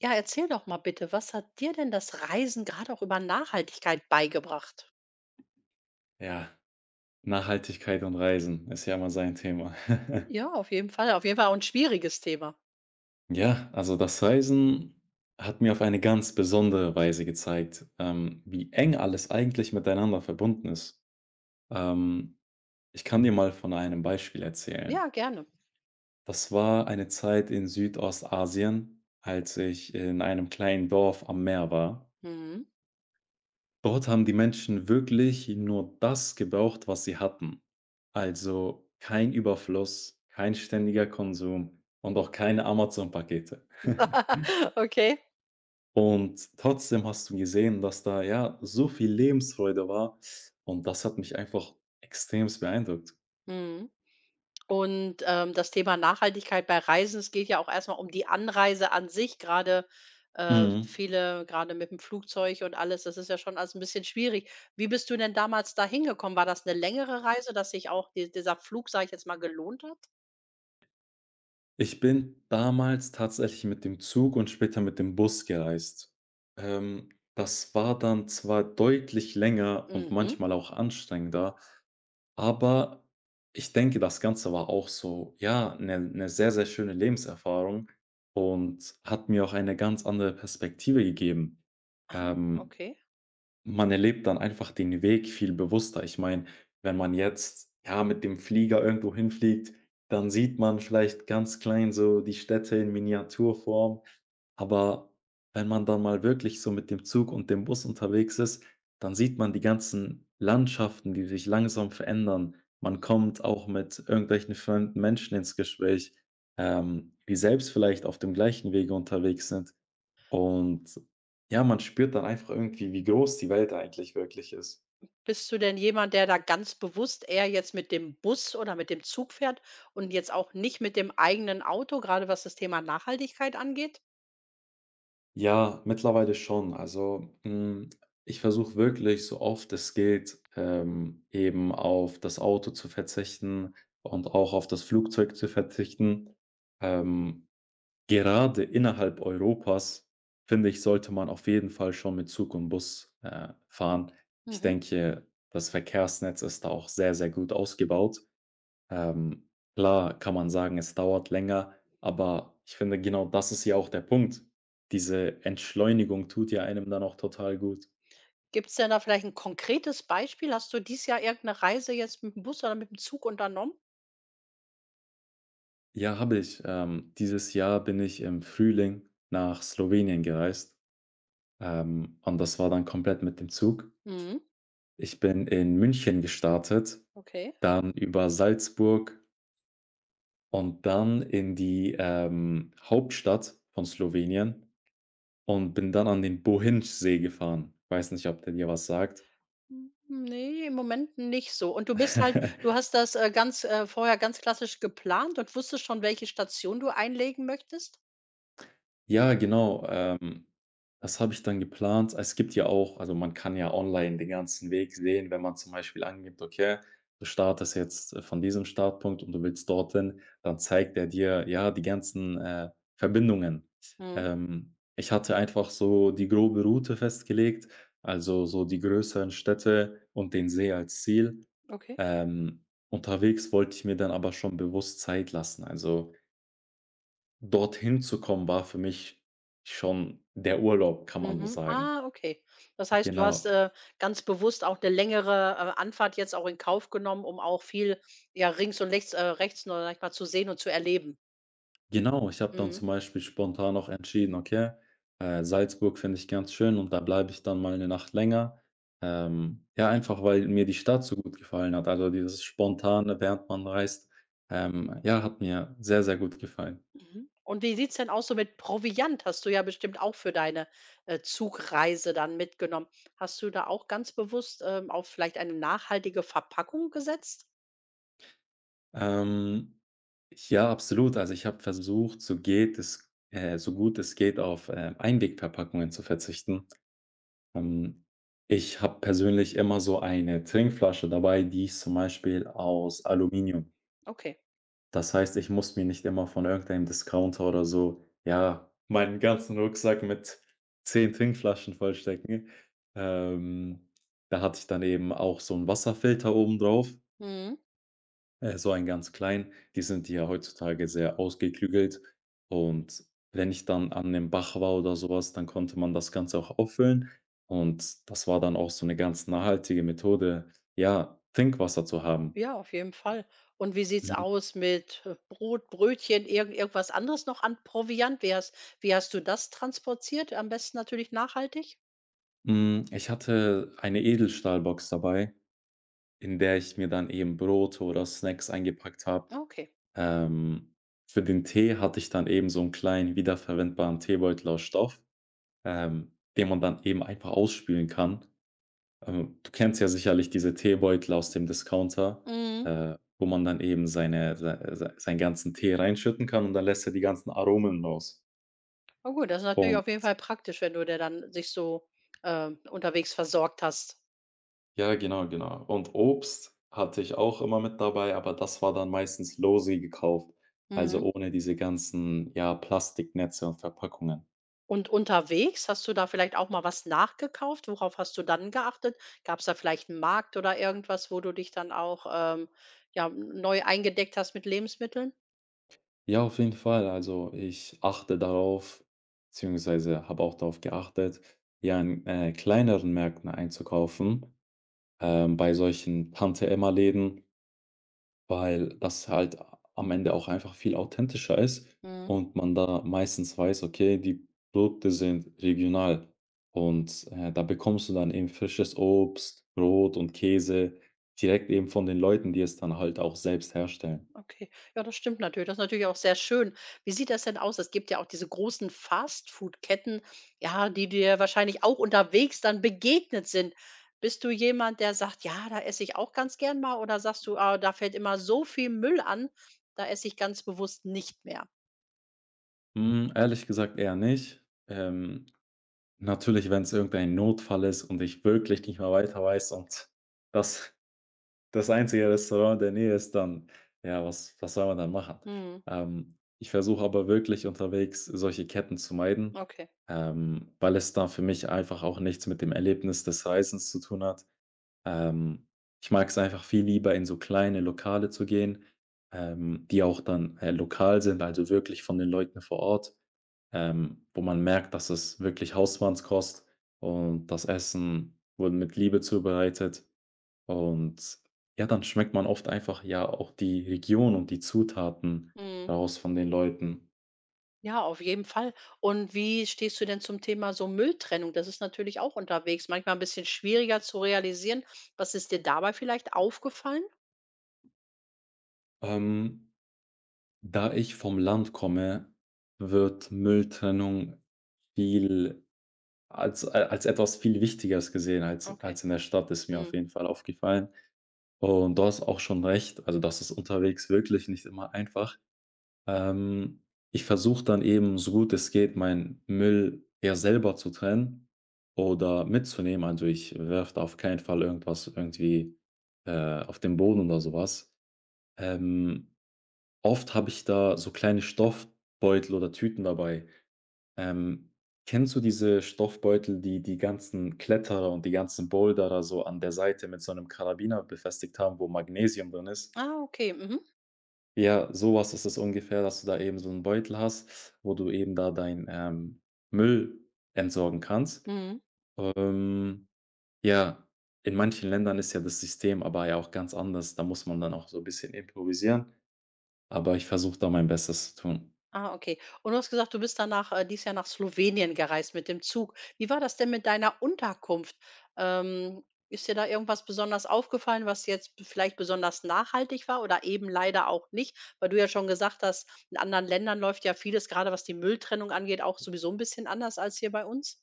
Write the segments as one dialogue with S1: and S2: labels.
S1: Ja, erzähl doch mal bitte, was hat dir denn das Reisen gerade auch über Nachhaltigkeit beigebracht?
S2: Ja, Nachhaltigkeit und Reisen ist ja immer sein Thema.
S1: Ja, auf jeden Fall. Auf jeden Fall auch 'n schwieriges Thema.
S2: Ja, also das Reisen hat mir auf eine ganz besondere Weise gezeigt, wie eng alles eigentlich miteinander verbunden ist. Ähm, Ich kann dir mal von einem Beispiel erzählen.
S1: Ja, gerne.
S2: Das war eine Zeit in Südostasien, als ich in einem kleinen Dorf am Meer war.
S1: Mhm.
S2: Dort haben die Menschen wirklich nur das gebraucht, was sie hatten. Also kein Überfluss, kein ständiger Konsum und auch keine Amazon-Pakete.
S1: Okay.
S2: Und trotzdem hast du gesehen, dass da ja so viel Lebensfreude war und das hat mich einfach extremst beeindruckt.
S1: Mhm. Und, das Thema Nachhaltigkeit bei Reisen, es geht ja auch erstmal um die Anreise an sich. Gerade
S2: Mhm.
S1: viele gerade mit dem Flugzeug und alles, das ist ja schon alles ein bisschen schwierig. Wie bist du denn damals da hingekommen? War das eine längere Reise, dass sich auch di dieser Flug, sage ich jetzt mal, gelohnt hat?
S2: Ich bin damals tatsächlich mit dem Zug und später mit dem Bus gereist. Ähm, das war dann zwar deutlich länger und
S1: Mhm.
S2: manchmal auch anstrengender, aber ich denke, das Ganze war auch so, ja, eine sehr, sehr schöne Lebenserfahrung und hat mir auch eine ganz andere Perspektive gegeben.
S1: Ah,
S2: Ähm
S1: okay.
S2: man erlebt dann einfach den Weg viel bewusster. Ich meine, wenn man jetzt, ja, mit dem Flieger irgendwo hinfliegt, dann sieht man vielleicht ganz klein so die Städte in Miniaturform. Aber wenn man dann mal wirklich so mit dem Zug und dem Bus unterwegs ist, dann sieht man die ganzen Landschaften, die sich langsam verändern. Man
S1: Mhm.
S2: kommt auch mit irgendwelchen fremden Menschen ins Gespräch, die selbst vielleicht auf dem gleichen Wege unterwegs sind. Und ja, man spürt dann einfach irgendwie, wie groß die Welt eigentlich wirklich ist.
S1: Bist du denn jemand, der da ganz bewusst eher jetzt mit dem Bus oder mit dem Zug fährt und jetzt auch nicht mit dem eigenen Auto, gerade was das Thema Nachhaltigkeit angeht?
S2: Ja, mittlerweile schon. Also, ich versuche wirklich, so oft es geht, eben auf das Auto zu verzichten und auch auf das Flugzeug zu verzichten. Ähm, gerade innerhalb Europas, finde ich, sollte man auf jeden Fall schon mit Zug und Bus, fahren. Ich
S1: Mhm.
S2: denke, das Verkehrsnetz ist da auch sehr, sehr gut ausgebaut. Ähm, klar kann man sagen, es dauert länger, aber ich finde, genau das ist ja auch der Punkt. Diese Entschleunigung tut ja einem dann auch total gut.
S1: Gibt es denn da vielleicht ein konkretes Beispiel? Hast du dieses Jahr irgendeine Reise jetzt mit dem Bus oder mit dem Zug unternommen?
S2: Ja, habe ich. Dieses Jahr bin ich im Frühling nach Slowenien gereist, und das war dann komplett mit dem Zug.
S1: Mhm,
S2: Ich bin in München gestartet,
S1: okay.
S2: dann über Salzburg und dann in die, Hauptstadt von Slowenien und bin dann an den Bohinjsee gefahren. Weiß nicht, ob der dir was sagt.
S1: Hm, ne, im Moment nicht so. Und du bist halt du hast das, ganz vorher ganz klassisch geplant und wusstest schon, welche Station du einlegen möchtest?
S2: Ja, genau. Das habe ich dann geplant. Es gibt ja auch, also, man kann ja online den ganzen Weg sehen, wenn man zum Beispiel angibt: „Okay, du startest jetzt, von diesem Startpunkt und du willst dorthin“, dann zeigt er dir, ja, die ganzen, Verbindungen.
S1: Mhm,
S2: Ich hatte einfach so die grobe Route festgelegt, also, so die größeren Städte und den See als Ziel.
S1: okay.
S2: Unterwegs wollte ich mir dann aber schon bewusst Zeit lassen. Also, dorthin zu kommen, war für mich schon der Urlaub, kann man so
S1: Mhm.
S2: sagen.
S1: Ah, okay. Das heißt, du hast,
S2: Genau,
S1: ganz bewusst auch eine längere, Anfahrt jetzt auch in Kauf genommen, um auch viel, ja, rings und rechts rechts nur, sage ich mal, zu sehen und zu erleben.
S2: genau. Ich habe dann
S1: Mhm.
S2: zum Beispiel spontan auch entschieden: „Okay, Salzburg finde ich ganz schön und da bleibe ich dann mal eine Nacht länger.“ ja, einfach, weil mir die Stadt so gut gefallen hat. Also, dieses Spontane, während man reist, ja, hat mir sehr, sehr gut gefallen.
S1: Mhm. Und wie sieht's denn aus so mit Proviant? Hast du ja bestimmt auch für deine, Zugreise dann mitgenommen. Hast du da auch ganz bewusst, auf vielleicht eine nachhaltige Verpackung gesetzt?
S2: Ähm, ja, absolut. Also, ich habe versucht, so gut es geht, auf, Einwegverpackungen zu verzichten. Ähm, ich habe persönlich immer so eine Trinkflasche dabei, die ist zum Beispiel aus Aluminium.
S1: Okay.
S2: Das heißt, ich muss mir nicht immer von irgendeinem Discounter oder so, ja, meinen ganzen Rucksack mit 10 Trinkflaschen vollstecken. Ähm, da hatte ich dann eben auch so einen Wasserfilter oben drauf.
S1: Mhm.
S2: So einen ganz kleinen. Die sind ja heutzutage sehr ausgeklügelt und wenn ich dann an dem Bach war oder sowas, dann konnte man das Ganze auch auffüllen und das war dann auch so eine ganz nachhaltige Methode, ja, Trinkwasser zu haben.
S1: Ja, auf jeden Fall. Und wie sieht's
S2: Mhm.
S1: aus mit Brot, Brötchen, irgendwas anderes noch an Proviant? Wie hast du das transportiert? Am besten natürlich nachhaltig?
S2: Hm, ich hatte eine Edelstahlbox dabei, in der ich mir dann eben Brote oder Snacks eingepackt habe.
S1: Okay.
S2: Ähm, für den Tee hatte ich dann eben so einen kleinen wiederverwendbaren Teebeutel aus Stoff, den man dann eben einfach ausspülen kann. Du kennst ja sicherlich diese Teebeutel aus dem Discounter,
S1: Mhm.
S2: wo man dann eben seinen ganzen Tee reinschütten kann und dann lässt er die ganzen Aromen raus.
S1: Na gut, das ist natürlich
S2: Und
S1: auf jeden Fall praktisch, wenn du dir dann sich so, unterwegs versorgt hast.
S2: ja, genau, genau. Und Obst hatte ich auch immer mit dabei, aber das war dann meistens losi gekauft, also
S1: Mhm.
S2: ohne diese ganzen, ja, Plastiknetze und Verpackungen.
S1: Und unterwegs, hast du da vielleicht auch mal was nachgekauft? Worauf hast du dann geachtet? Gab's da vielleicht einen Markt oder irgendwas, wo du dich dann auch, ja, neu eingedeckt hast mit Lebensmitteln?
S2: Ja, auf jeden Fall. Also, ich achte darauf, beziehungsweise habe auch darauf geachtet, ja, in, kleineren Märkten einzukaufen. Ähm, bei solchen Tante-Emma-Läden, weil das halt am Ende auch einfach viel authentischer ist
S1: Mhm.
S2: und man da meistens weiß, okay, die Produkte sind regional und, da bekommst du dann eben frisches Obst, Brot und Käse direkt eben von den Leuten, die es dann halt auch selbst herstellen.
S1: Okay. Ja, das stimmt natürlich. Das ist natürlich auch sehr schön. Wie sieht das denn aus? Es gibt ja auch diese großen Fastfood-Ketten, ja, die dir wahrscheinlich auch unterwegs dann begegnet sind. Bist du jemand, der sagt: „Ja, da esse ich auch ganz gern mal“, oder sagst du: „Ah, da fällt immer so viel Müll an, da esse ich ganz bewusst nicht mehr?“
S2: Hm, ehrlich gesagt eher nicht. Natürlich, wenn es irgendein Notfall ist und ich wirklich nicht mehr weiter weiß und das das einzige Restaurant in der Nähe ist, dann ja, was was soll man dann machen?
S1: Mhm,
S2: Ich versuche aber wirklich unterwegs solche Ketten zu meiden,
S1: okay.
S2: weil es da für mich einfach auch nichts mit dem Erlebnis des Reisens zu tun hat. Ähm, ich mag es einfach viel lieber, in so kleine Lokale zu gehen, die auch dann, lokal sind, also wirklich von den Leuten vor Ort, wo man merkt, dass es wirklich Hausmannskost und das Essen wurde mit Liebe zubereitet. Und ja, dann schmeckt man oft einfach ja auch die Region und die Zutaten
S1: Mhm.
S2: raus von den Leuten.
S1: Ja, auf jeden Fall. Und wie stehst du denn zum Thema so Mülltrennung? Das ist natürlich auch unterwegs manchmal ein bisschen schwieriger zu realisieren. Was ist dir dabei vielleicht aufgefallen?
S2: Ähm, da ich vom Land komme, wird Mülltrennung viel als etwas viel Wichtigeres gesehen als
S1: Okay.
S2: als in der Stadt, ist mir auf
S1: Mhm.
S2: jeden Fall aufgefallen. Und du hast auch schon recht, also das ist unterwegs wirklich nicht immer einfach. Ähm, ich versuche dann eben, so gut es geht, meinen Müll eher selber zu trennen oder mitzunehmen. Also, ich werfe da auf keinen Fall irgendwas irgendwie, auf den Boden oder so was. Ähm, oft habe ich da so kleine Stoffbeutel oder Tüten dabei. Ähm, kennst du diese Stoffbeutel, die die ganzen Kletterer und die ganzen Boulderer so an der Seite mit so einem Karabiner befestigt haben, wo Magnesium drin ist?
S1: Ah, okay. Mhm.
S2: Ja, sowas ist es ungefähr, dass du da eben so 'n Beutel hast, wo du eben da dein, Müll entsorgen kannst.
S1: Mhm.
S2: Ähm, ja, in manchen Ländern ist ja das System aber ja auch ganz anders. Da muss man dann auch so 'n bisschen improvisieren, aber ich versuche da mein Bestes zu tun.
S1: Ah, okay. Und du hast gesagt, du bist danach dieses Jahr nach Slowenien gereist mit dem Zug. Wie war das denn mit deiner Unterkunft? Ähm, ist dir da irgendwas besonders aufgefallen, was jetzt vielleicht besonders nachhaltig war oder eben leider auch nicht? Weil du ja schon gesagt hast, in anderen Ländern läuft ja vieles, gerade was die Mülltrennung angeht, auch sowieso ein bisschen anders als hier bei uns.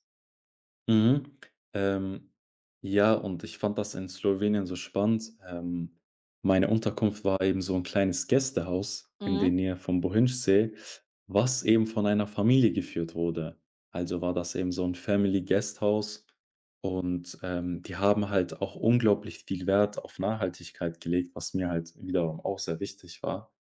S2: Mhm. Ähm, ja, und ich fand das in Slowenien so spannend. Meine Unterkunft war eben so ein kleines Gästehaus in der
S1: Mhm.
S2: Nähe vom Bohinjsee, was eben von einer Familie geführt wurde. Also, war das eben so ein Family Guest und, die haben halt auch unglaublich viel Wert auf Nachhaltigkeit gelegt, was mir halt wiederum auch sehr wichtig war.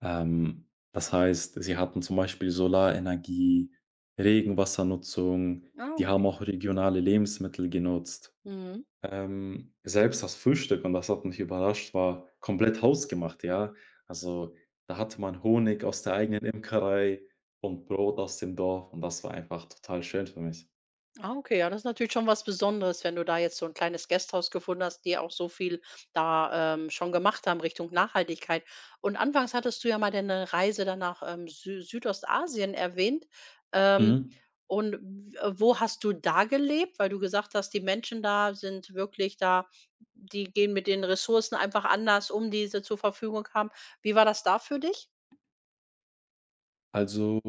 S2: Das heißt, sie hatten zum Beispiel Solarenergie, Regenwassernutzung,
S1: Ah,
S2: die haben
S1: okay.
S2: auch regionale Lebensmittel genutzt.
S1: Mhm.
S2: Selbst das Frühstück, und das hat mich überrascht, war komplett hausgemacht, ja. Also da hatte man Honig aus der eigenen Imkerei und Brot aus dem Dorf und das war einfach total schön für mich.
S1: Ah, okay, ja, das ist natürlich schon was Besonderes, wenn du da jetzt so ein kleines Gasthaus gefunden hast, die auch so viel da, schon gemacht haben Richtung Nachhaltigkeit. Und anfangs hattest du ja mal deine Reise dann nach, Sü Südostasien erwähnt. Ähm,
S2: Mhm.
S1: und w wo hast du da gelebt? Weil du gesagt hast, die Menschen da sind wirklich da, die gehen mit den Ressourcen einfach anders um, die sie zur Verfügung haben. Wie war das da für dich?
S2: Also,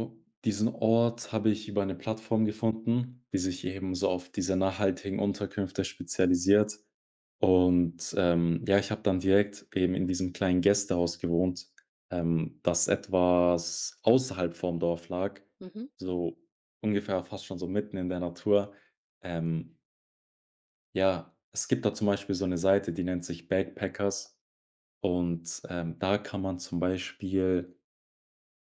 S2: diesen Ort habe ich über eine Plattform gefunden, die sich eben so auf diese nachhaltigen Unterkünfte spezialisiert. Und, ja, ich habe dann direkt eben in diesem kleinen Gästehaus gewohnt, das etwas außerhalb vom Dorf lag,
S1: Mhm.
S2: so ungefähr fast schon so mitten in der Natur. Ähm, ja, es gibt da zum Beispiel so eine Seite, die nennt sich Backpackers und, da kann man zum Beispiel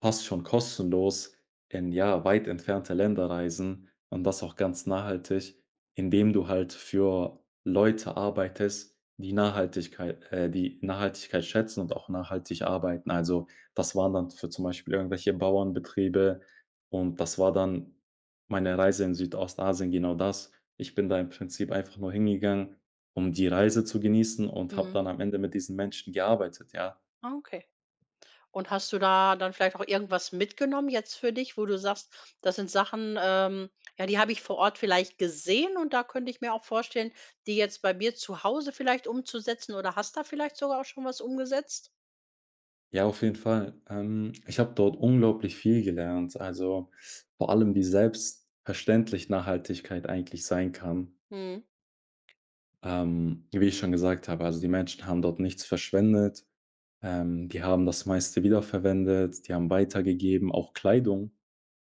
S2: fast schon kostenlos in, ja, weit entfernte Länder reisen und das auch ganz nachhaltig, indem du halt für Leute arbeitest, die Nachhaltigkeit schätzen und auch nachhaltig arbeiten. Also, das waren dann für zum Beispiel irgendwelche Bauernbetriebe und das war dann meine Reise in Südostasien genau das. Ich bin da im Prinzip einfach nur hingegangen, um die Reise zu genießen und habe
S1: Mhm.
S2: dann am Ende mit diesen Menschen gearbeitet, ja.
S1: Ah, okay. Und hast du da dann vielleicht auch irgendwas mitgenommen jetzt für dich, wo du sagst: „Das sind Sachen, ja, die habe ich vor Ort vielleicht gesehen und da könnte ich mir auch vorstellen, die jetzt bei mir zu Hause vielleicht umzusetzen“, oder hast da vielleicht sogar auch schon was umgesetzt?
S2: Ja, auf jeden Fall. Ich habe dort unglaublich viel gelernt. Also vor allem, wie selbstverständlich Nachhaltigkeit eigentlich sein kann.
S1: Mhm,
S2: Wie ich schon gesagt habe, also die Menschen haben dort nichts verschwendet. Die haben das meiste wiederverwendet, die haben weitergegeben, auch Kleidung.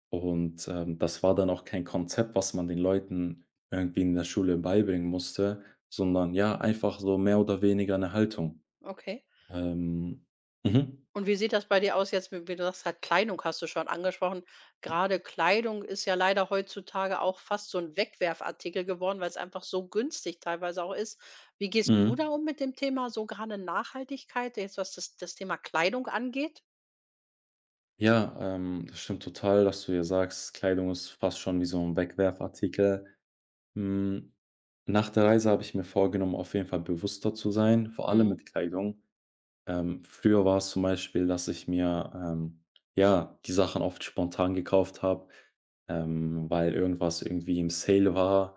S2: Und das war dann auch kein Konzept, was man den Leuten irgendwie in der Schule beibringen musste, sondern ja, einfach so mehr oder weniger eine Haltung.
S1: okay.
S2: Ähm, mhm,
S1: Und wie sieht das bei dir aus jetzt, wie du sagst halt, Kleidung hast du schon angesprochen. Gerade Kleidung ist ja leider heutzutage auch fast so ein Wegwerfartikel geworden, weil es einfach so günstig teilweise auch ist. Wie gehst
S2: mhm.
S1: du da um mit dem Thema so gerade Nachhaltigkeit, jetzt was das Thema Kleidung angeht?
S2: Ja, das stimmt total, dass du ja sagst, Kleidung ist fast schon wie so ein Wegwerfartikel. Hm, nach der Reise habe ich mir vorgenommen, auf jeden Fall bewusster zu sein, vor allem
S1: Mhm.
S2: mit Kleidung. Früher war es zum Beispiel, dass ich mir, ja, die Sachen oft spontan gekauft habe, weil irgendwas irgendwie im Sale war,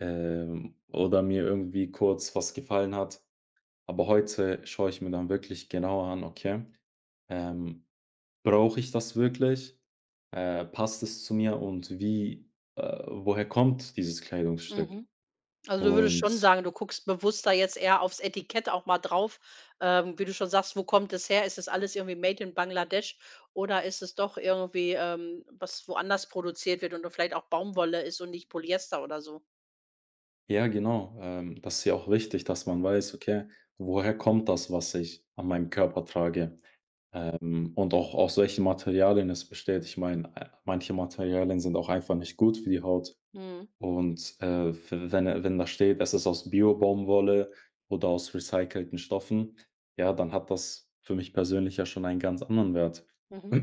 S2: oder mir irgendwie kurz was gefallen hat. Aber heute schaue ich mir dann wirklich genauer an, okay, ähm, brauche ich das wirklich? Passt es zu mir und wie woher kommt dieses Kleidungsstück?
S1: Mhm. Also, du würdest schon
S2: Und
S1: sagen, du guckst bewusster jetzt eher aufs Etikett auch mal drauf. Wie du schon sagst, wo kommt es her? Ist es alles irgendwie made in Bangladesch oder ist es doch irgendwie, was woanders produziert wird und dann vielleicht auch Baumwolle ist und nicht Polyester oder so?
S2: ja, genau, das ist ja auch wichtig, dass man weiß, okay, woher kommt das, was ich an meinem Körper trage? Und auch aus welchen Materialien es besteht. Ich meine, manche Materialien sind auch einfach nicht gut für die Haut.
S1: Mhm,
S2: Und, w wenn er wenn da steht, es ist aus Bio-Baumwolle oder aus recycelten Stoffen, ja, dann hat das für mich persönlich ja schon einen ganz anderen Wert.
S1: mhm.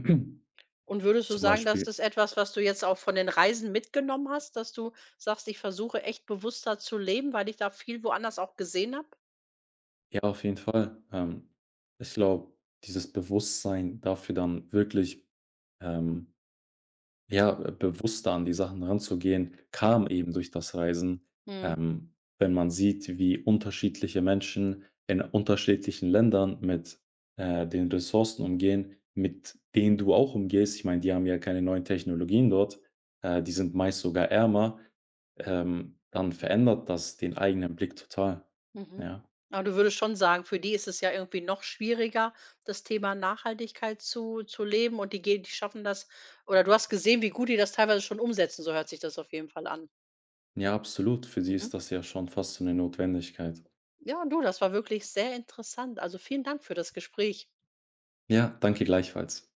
S1: Und würdest du
S2: Zum
S1: sagen, das
S2: Beispiel
S1: ist etwas, was du jetzt auch von den Reisen mitgenommen hast, dass du sagst: „Ich versuche echt bewusster zu leben, weil ich da viel woanders auch gesehen habe?“
S2: ja, auf jeden Fall. Ich glaube, dieses Bewusstsein dafür dann wirklich, ähm ja, bewusster an die Sachen ranzugehen, kam eben durch das Reisen.
S1: Mhm.
S2: Wenn man sieht, wie unterschiedliche Menschen in unterschiedlichen Ländern mit, den Ressourcen umgehen, mit denen du auch umgehst. Ich meine, die haben ja keine neuen Technologien dort, die sind meist sogar ärmer, dann verändert das den eigenen Blick total.
S1: Mhm.
S2: Ja.
S1: Aber du würdest schon sagen, für die ist es ja irgendwie noch schwieriger, das Thema Nachhaltigkeit zu leben und die schaffen das oder du hast gesehen, wie gut die das teilweise schon umsetzen, so hört sich das auf jeden Fall an.
S2: Ja, absolut. Für sie
S1: Mhm.
S2: ist das ja schon fast so 'ne Notwendigkeit.
S1: Ja, du, das war wirklich sehr interessant. Also, vielen Dank für das Gespräch.
S2: Ja, danke gleichfalls.